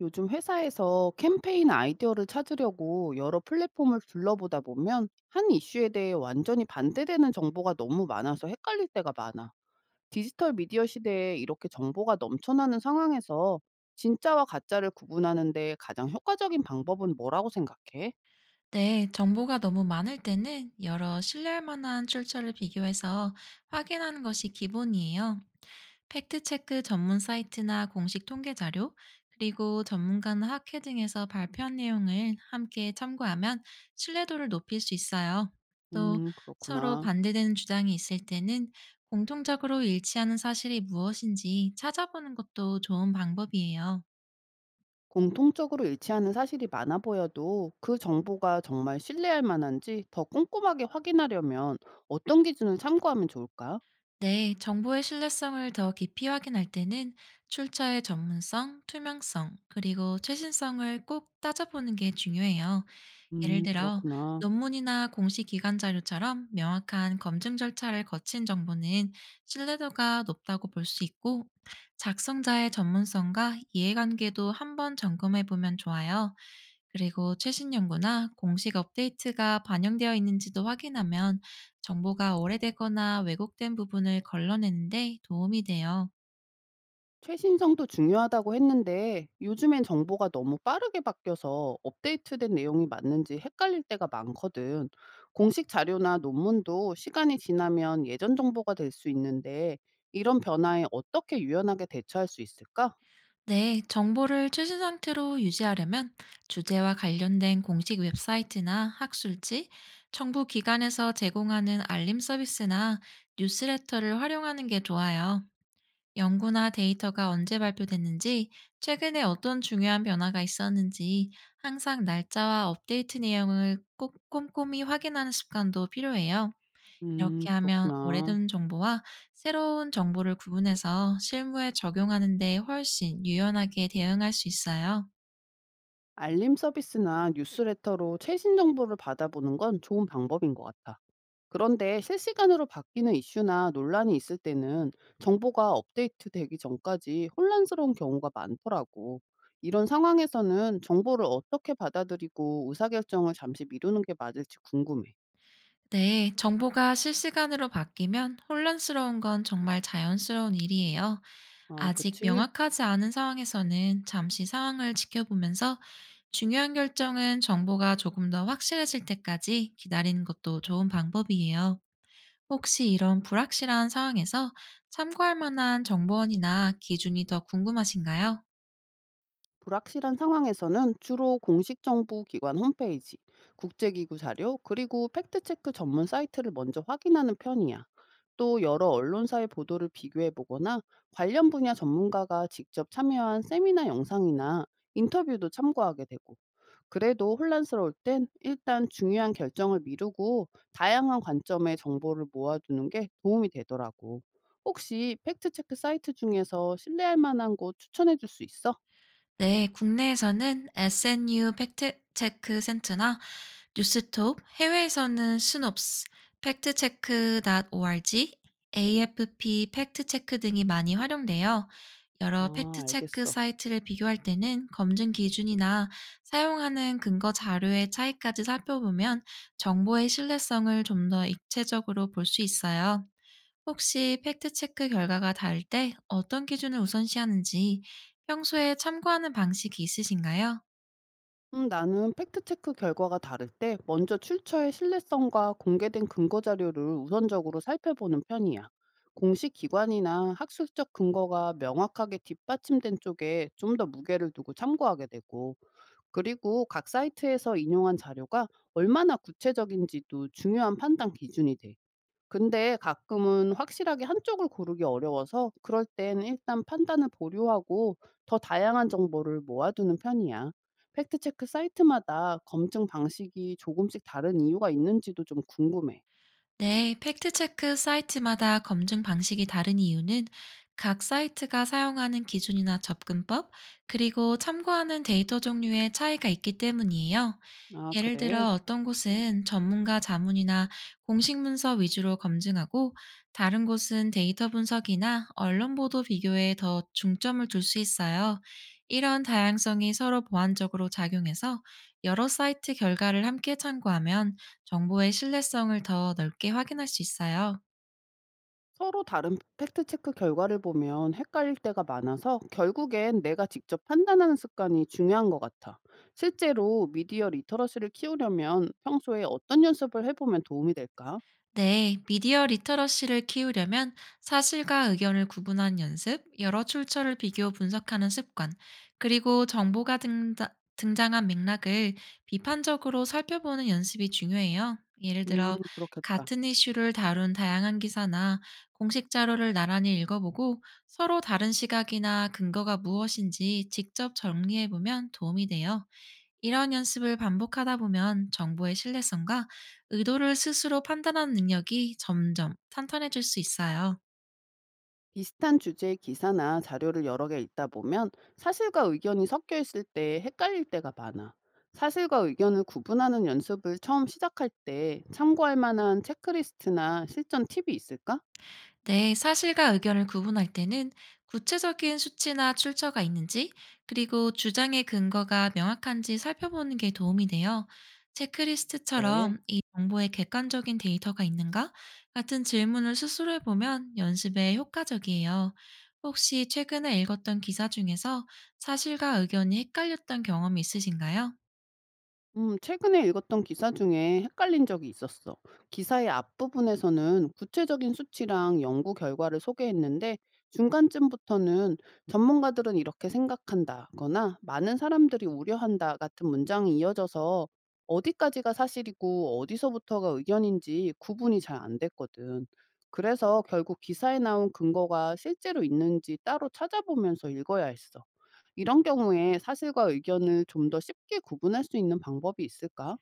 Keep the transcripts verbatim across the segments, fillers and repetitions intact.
요즘 회사에서 캠페인 아이디어를 찾으려고 여러 플랫폼을 둘러보다 보면 한 이슈에 대해 완전히 반대되는 정보가 너무 많아서 헷갈릴 때가 많아. 디지털 미디어 시대에 이렇게 정보가 넘쳐나는 상황에서 진짜와 가짜를 구분하는데 가장 효과적인 방법은 뭐라고 생각해? 네, 정보가 너무 많을 때는 여러 신뢰할 만한 출처를 비교해서 확인하는 것이 기본이에요. 팩트체크 전문 사이트나 공식 통계 자료, 그리고 전문가나 학회 등에서 발표한 내용을 함께 참고하면 신뢰도를 높일 수 있어요. 또 음, 서로 그렇구나. 반대되는 주장이 있을 때는 공통적으로 일치하는 사실이 무엇인지 찾아보는 것도 좋은 방법이에요. 공통적으로 일치하는 사실이 많아 보여도 그 정보가 정말 신뢰할 만한지 더 꼼꼼하게 확인하려면 어떤 기준을 참고하면 좋을까? 네, 정보의 신뢰성을 더 깊이 확인할 때는 출처의 전문성, 투명성, 그리고 최신성을 꼭 따져보는 게 중요해요. 예를 음, 들어 그렇구나. 논문이나 공식 기관 자료처럼 명확한 검증 절차를 거친 정보는 신뢰도가 높다고 볼 수 있고 작성자의 전문성과 이해관계도 한번 점검해 보면 좋아요. 그리고 최신 연구나 공식 업데이트가 반영되어 있는지도 확인하면 정보가 오래되거나 왜곡된 부분을 걸러내는데 도움이 돼요. 최신성도 중요하다고 했는데 요즘엔 정보가 너무 빠르게 바뀌어서 업데이트된 내용이 맞는지 헷갈릴 때가 많거든. 공식 자료나 논문도 시간이 지나면 예전 정보가 될 수 있는데 이런 변화에 어떻게 유연하게 대처할 수 있을까? 네, 정보를 최신 상태로 유지하려면 주제와 관련된 공식 웹사이트나 학술지, 정부 기관에서 제공하는 알림 서비스나 뉴스레터를 활용하는 게 좋아요. 연구나 데이터가 언제 발표됐는지, 최근에 어떤 중요한 변화가 있었는지, 항상 날짜와 업데이트 내용을 꼭 꼼꼼히 확인하는 습관도 필요해요. 음, 이렇게 하면 그렇구나. 오래된 정보와 새로운 정보를 구분해서 실무에 적용하는 데 훨씬 유연하게 대응할 수 있어요. 알림 서비스나 뉴스레터로 최신 정보를 받아보는 건 좋은 방법인 것 같아. 그런데 실시간으로 바뀌는 이슈나 논란이 있을 때는 정보가 업데이트되기 전까지 혼란스러운 경우가 많더라고. 이런 상황에서는 정보를 어떻게 받아들이고 의사결정을 잠시 미루는 게 맞을지 궁금해. 네, 정보가 실시간으로 바뀌면 혼란스러운 건 정말 자연스러운 일이에요. 아, 아직 그치? 명확하지 않은 상황에서는 잠시 상황을 지켜보면서 중요한 결정은 정보가 조금 더 확실해질 때까지 기다리는 것도 좋은 방법이에요. 혹시 이런 불확실한 상황에서 참고할 만한 정보원이나 기준이 더 궁금하신가요? 불확실한 상황에서는 주로 공식 정부 기관 홈페이지, 국제기구 자료, 그리고 팩트체크 전문 사이트를 먼저 확인하는 편이야. 또 여러 언론사의 보도를 비교해 보거나 관련 분야 전문가가 직접 참여한 세미나 영상이나 인터뷰도 참고하게 되고, 그래도 혼란스러울 땐 일단 중요한 결정을 미루고 다양한 관점의 정보를 모아두는 게 도움이 되더라고. 혹시 팩트체크 사이트 중에서 신뢰할 만한 곳 추천해 줄 수 있어? 네, 국내에서는 에스엔유 팩트체크 센터나 뉴스톱, 해외에서는 스놉스, 팩트체크.org, 에이에프피 팩트체크 등이 많이 활용돼요. 여러 아, 팩트체크 알겠어. 사이트를 비교할 때는 검증 기준이나 사용하는 근거 자료의 차이까지 살펴보면 정보의 신뢰성을 좀 더 입체적으로 볼 수 있어요. 혹시 팩트체크 결과가 다를 때 어떤 기준을 우선시하는지 평소에 참고하는 방식이 있으신가요? 음, 나는 팩트체크 결과가 다를 때 먼저 출처의 신뢰성과 공개된 근거 자료를 우선적으로 살펴보는 편이야. 공식 기관이나 학술적 근거가 명확하게 뒷받침된 쪽에 좀 더 무게를 두고 참고하게 되고, 그리고 각 사이트에서 인용한 자료가 얼마나 구체적인지도 중요한 판단 기준이 돼. 근데 가끔은 확실하게 한쪽을 고르기 어려워서 그럴 땐 일단 판단을 보류하고 더 다양한 정보를 모아두는 편이야. 팩트체크 사이트마다 검증 방식이 조금씩 다른 이유가 있는지도 좀 궁금해. 네, 팩트체크 사이트마다 검증 방식이 다른 이유는 각 사이트가 사용하는 기준이나 접근법, 그리고 참고하는 데이터 종류의 차이가 있기 때문이에요. 아, 예를 그래. 들어 어떤 곳은 전문가 자문이나 공식 문서 위주로 검증하고 다른 곳은 데이터 분석이나 언론 보도 비교에 더 중점을 둘 수 있어요. 이런 다양성이 서로 보완적으로 작용해서 여러 사이트 결과를 함께 참고하면 정보의 신뢰성을 더 넓게 확인할 수 있어요. 서로 다른 팩트체크 결과를 보면 헷갈릴 때가 많아서 결국엔 내가 직접 판단하는 습관이 중요한 것 같아. 실제로 미디어 리터러시를 키우려면 평소에 어떤 연습을 해보면 도움이 될까? 네, 미디어 리터러시를 키우려면 사실과 의견을 구분하는 연습, 여러 출처를 비교 분석하는 습관, 그리고 정보가 등다- 등장한 맥락을 비판적으로 살펴보는 연습이 중요해요. 예를 음, 들어, 그렇겠다. 같은 이슈를 다룬 다양한 기사나 공식 자료를 나란히 읽어보고 서로 다른 시각이나 근거가 무엇인지 직접 정리해보면 도움이 돼요. 이런 연습을 반복하다 보면 정보의 신뢰성과 의도를 스스로 판단하는 능력이 점점 탄탄해질 수 있어요. 비슷한 주제의 기사나 자료를 여러 개 읽다 보면 사실과 의견이 섞여 있을 때 헷갈릴 때가 많아. 사실과 의견을 구분하는 연습을 처음 시작할 때 참고할 만한 체크리스트나 실전 팁이 있을까? 네, 사실과 의견을 구분할 때는 구체적인 수치나 출처가 있는지, 그리고 주장의 근거가 명확한지 살펴보는 게 도움이 돼요. 네. 체크리스트처럼 이 정보에 객관적인 데이터가 있는가? 같은 질문을 스스로 해보면 연습에 효과적이에요. 혹시 최근에 읽었던 기사 중에서 사실과 의견이 헷갈렸던 경험이 있으신가요? 음, 최근에 읽었던 기사 중에 헷갈린 적이 있었어. 기사의 앞부분에서는 구체적인 수치랑 연구 결과를 소개했는데 중간쯤부터는 전문가들은 이렇게 생각한다거나 많은 사람들이 우려한다 같은 문장이 이어져서 어디까지가 사실이고 어디서부터가 의견인지 구분이 잘 안 됐거든. 그래서 결국 기사에 나온 근거가 실제로 있는지 따로 찾아보면서 읽어야 했어. 이런 경우에 사실과 의견을 좀 더 쉽게 구분할 수 있는 방법이 있을까?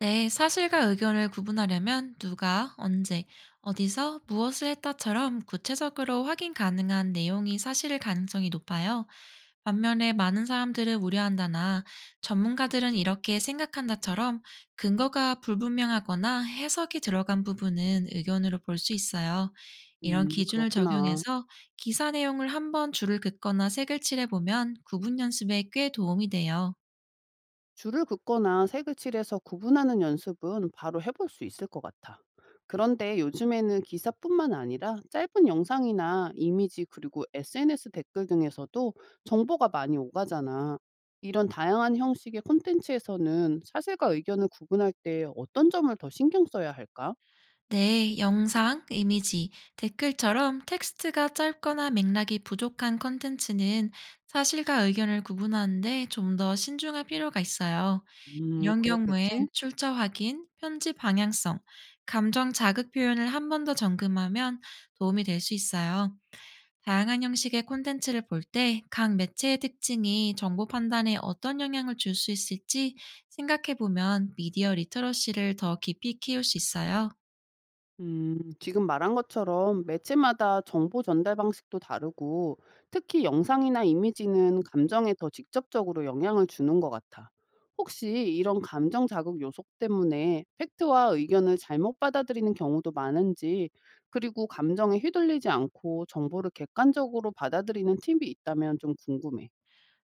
네, 사실과 의견을 구분하려면 누가, 언제, 어디서, 무엇을 했다처럼 구체적으로 확인 가능한 내용이 사실일 가능성이 높아요. 반면에 많은 사람들을 우려한다나 전문가들은 이렇게 생각한다처럼 근거가 불분명하거나 해석이 들어간 부분은 의견으로 볼 수 있어요. 이런 음, 기준을 그렇구나. 적용해서 기사 내용을 한번 줄을 긋거나 색을 칠해보면 구분 연습에 꽤 도움이 돼요. 줄을 긋거나 색을 칠해서 구분하는 연습은 바로 해볼 수 있을 것 같아. 그런데 요즘에는 기사뿐만 아니라 짧은 영상이나 이미지 그리고 에스엔에스 댓글 등에서도 정보가 많이 오가잖아. 이런 다양한 형식의 콘텐츠에서는 사실과 의견을 구분할 때 어떤 점을 더 신경 써야 할까? 네, 영상, 이미지, 댓글처럼 텍스트가 짧거나 맥락이 부족한 콘텐츠는 사실과 의견을 구분하는데 좀 더 신중할 필요가 있어요. 음, 이런 경우엔 그렇겠지. 출처 확인, 편집 방향성, 감정 자극 표현을 한 번 더 점검하면 도움이 될 수 있어요. 다양한 형식의 콘텐츠를 볼 때 각 매체의 특징이 정보 판단에 어떤 영향을 줄 수 있을지 생각해 보면 미디어 리터러시를 더 깊이 키울 수 있어요. 음, 지금 말한 것처럼 매체마다 정보 전달 방식도 다르고 특히 영상이나 이미지는 감정에 더 직접적으로 영향을 주는 것 같아. 혹시 이런 감정 자극 요소 때문에 팩트와 의견을 잘못 받아들이는 경우도 많은지, 그리고 감정에 휘둘리지 않고 정보를 객관적으로 받아들이는 팁이 있다면 좀 궁금해.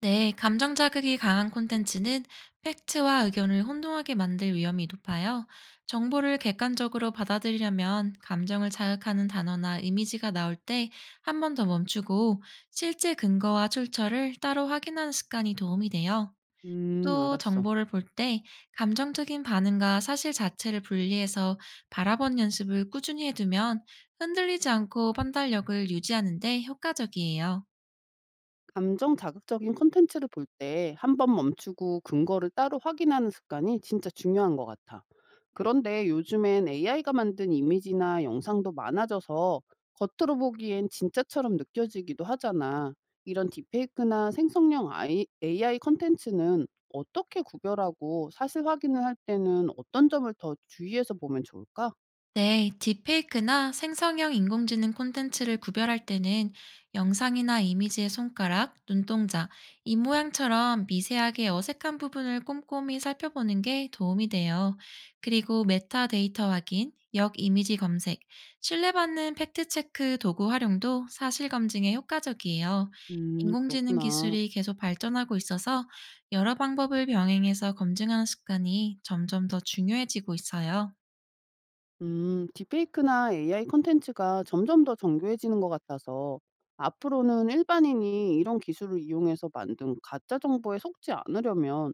네, 감정 자극이 강한 콘텐츠는 팩트와 의견을 혼동하게 만들 위험이 높아요. 정보를 객관적으로 받아들이려면 감정을 자극하는 단어나 이미지가 나올 때 한 번 더 멈추고 실제 근거와 출처를 따로 확인하는 습관이 도움이 돼요. 음, 또 알았어. 정보를 볼 때 감정적인 반응과 사실 자체를 분리해서 바라본 연습을 꾸준히 해두면 흔들리지 않고 판단력을 유지하는 데 효과적이에요. 감정 자극적인 콘텐츠를 볼 때 한 번 멈추고 근거를 따로 확인하는 습관이 진짜 중요한 것 같아. 그런데 요즘엔 에이아이가 만든 이미지나 영상도 많아져서 겉으로 보기엔 진짜처럼 느껴지기도 하잖아. 이런 딥페이크나 생성형 아이- 에이아이 콘텐츠는 어떻게 구별하고 사실 확인을 할 때는 어떤 점을 더 주의해서 보면 좋을까? 네, 딥페이크나 생성형 인공지능 콘텐츠를 구별할 때는 영상이나 이미지의 손가락, 눈동자, 입모양처럼 미세하게 어색한 부분을 꼼꼼히 살펴보는 게 도움이 돼요. 그리고 메타데이터 확인, 역 이미지 검색, 신뢰받는 팩트체크 도구 활용도 사실 검증에 효과적이에요. 음, 인공지능 그렇구나. 기술이 계속 발전하고 있어서 여러 방법을 병행해서 검증하는 습관이 점점 더 중요해지고 있어요. 음, 딥페이크나 에이아이 콘텐츠가 점점 더 정교해지는 것 같아서 앞으로는 일반인이 이런 기술을 이용해서 만든 가짜 정보에 속지 않으려면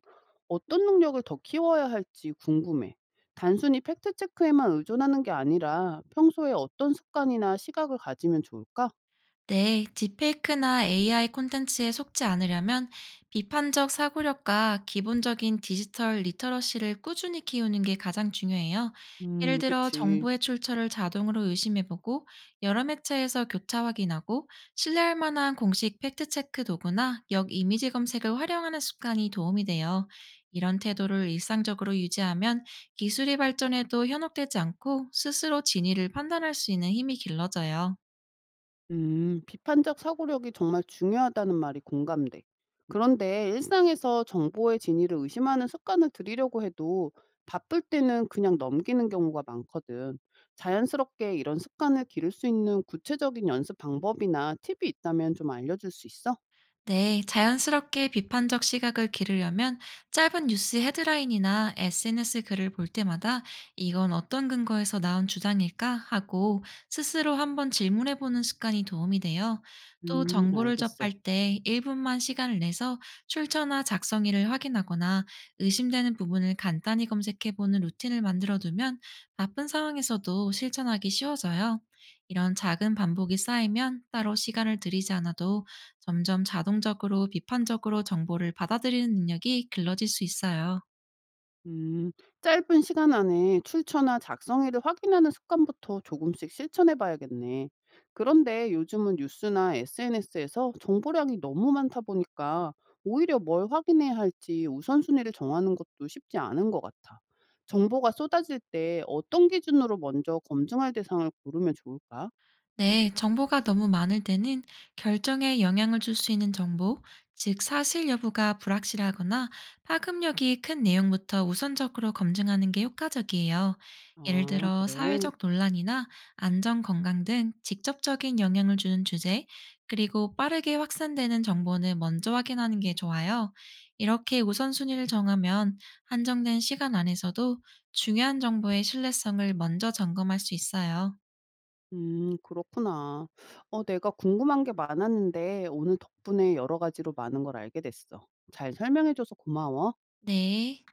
어떤 능력을 더 키워야 할지 궁금해. 단순히 팩트체크에만 의존하는 게 아니라 평소에 어떤 습관이나 시각을 가지면 좋을까? 네, 딥페이크나 에이아이 콘텐츠에 속지 않으려면 비판적 사고력과 기본적인 디지털 리터러시를 꾸준히 키우는 게 가장 중요해요. 예를 음, 들어 그치. 정보의 출처를 자동으로 의심해보고 여러 매체에서 교차 확인하고 신뢰할 만한 공식 팩트체크 도구나 역 이미지 검색을 활용하는 습관이 도움이 돼요. 이런 태도를 일상적으로 유지하면 기술이 발전해도 현혹되지 않고 스스로 진위를 판단할 수 있는 힘이 길러져요. 음, 비판적 사고력이 정말 중요하다는 말이 공감돼. 그런데 일상에서 정보의 진위를 의심하는 습관을 들이려고 해도 바쁠 때는 그냥 넘기는 경우가 많거든. 자연스럽게 이런 습관을 기를 수 있는 구체적인 연습 방법이나 팁이 있다면 좀 알려줄 수 있어? 네, 자연스럽게 비판적 시각을 기르려면 짧은 뉴스 헤드라인이나 에스엔에스 글을 볼 때마다 이건 어떤 근거에서 나온 주장일까 하고 스스로 한번 질문해 보는 습관이 도움이 돼요. 또 음, 정보를 알겠어. 접할 때 일 분만 시간을 내서 출처나 작성일을 확인하거나 의심되는 부분을 간단히 검색해 보는 루틴을 만들어 두면 바쁜 상황에서도 실천하기 쉬워져요. 이런 작은 반복이 쌓이면 따로 시간을 들이지 않아도 점점 자동적으로 비판적으로 정보를 받아들이는 능력이 길러질 수 있어요. 음, 짧은 시간 안에 출처나 작성일을 확인하는 습관부터 조금씩 실천해 봐야겠네. 그런데 요즘은 뉴스나 에스엔에스에서 정보량이 너무 많다 보니까 오히려 뭘 확인해야 할지 우선순위를 정하는 것도 쉽지 않은 것 같아. 정보가 쏟아질 때 어떤 기준으로 먼저 검증할 대상을 고르면 좋을까? 네, 정보가 너무 많을 때는 결정에 영향을 줄 수 있는 정보, 즉 사실 여부가 불확실하거나 파급력이 큰 내용부터 우선적으로 검증하는 게 효과적이에요. 예를 아, 들어 그래. 사회적 논란이나 안전 건강 등 직접적인 영향을 주는 주제, 그리고 빠르게 확산되는 정보는 먼저 확인하는 게 좋아요. 이렇게 우선순위를 정하면 한정된 시간 안에서도 중요한 정보의 신뢰성을 먼저 점검할 수 있어요. 음 그렇구나. 어 내가 궁금한 게 많았는데 오늘 덕분에 여러 가지로 많은 걸 알게 됐어. 잘 설명해 줘서 고마워. 네.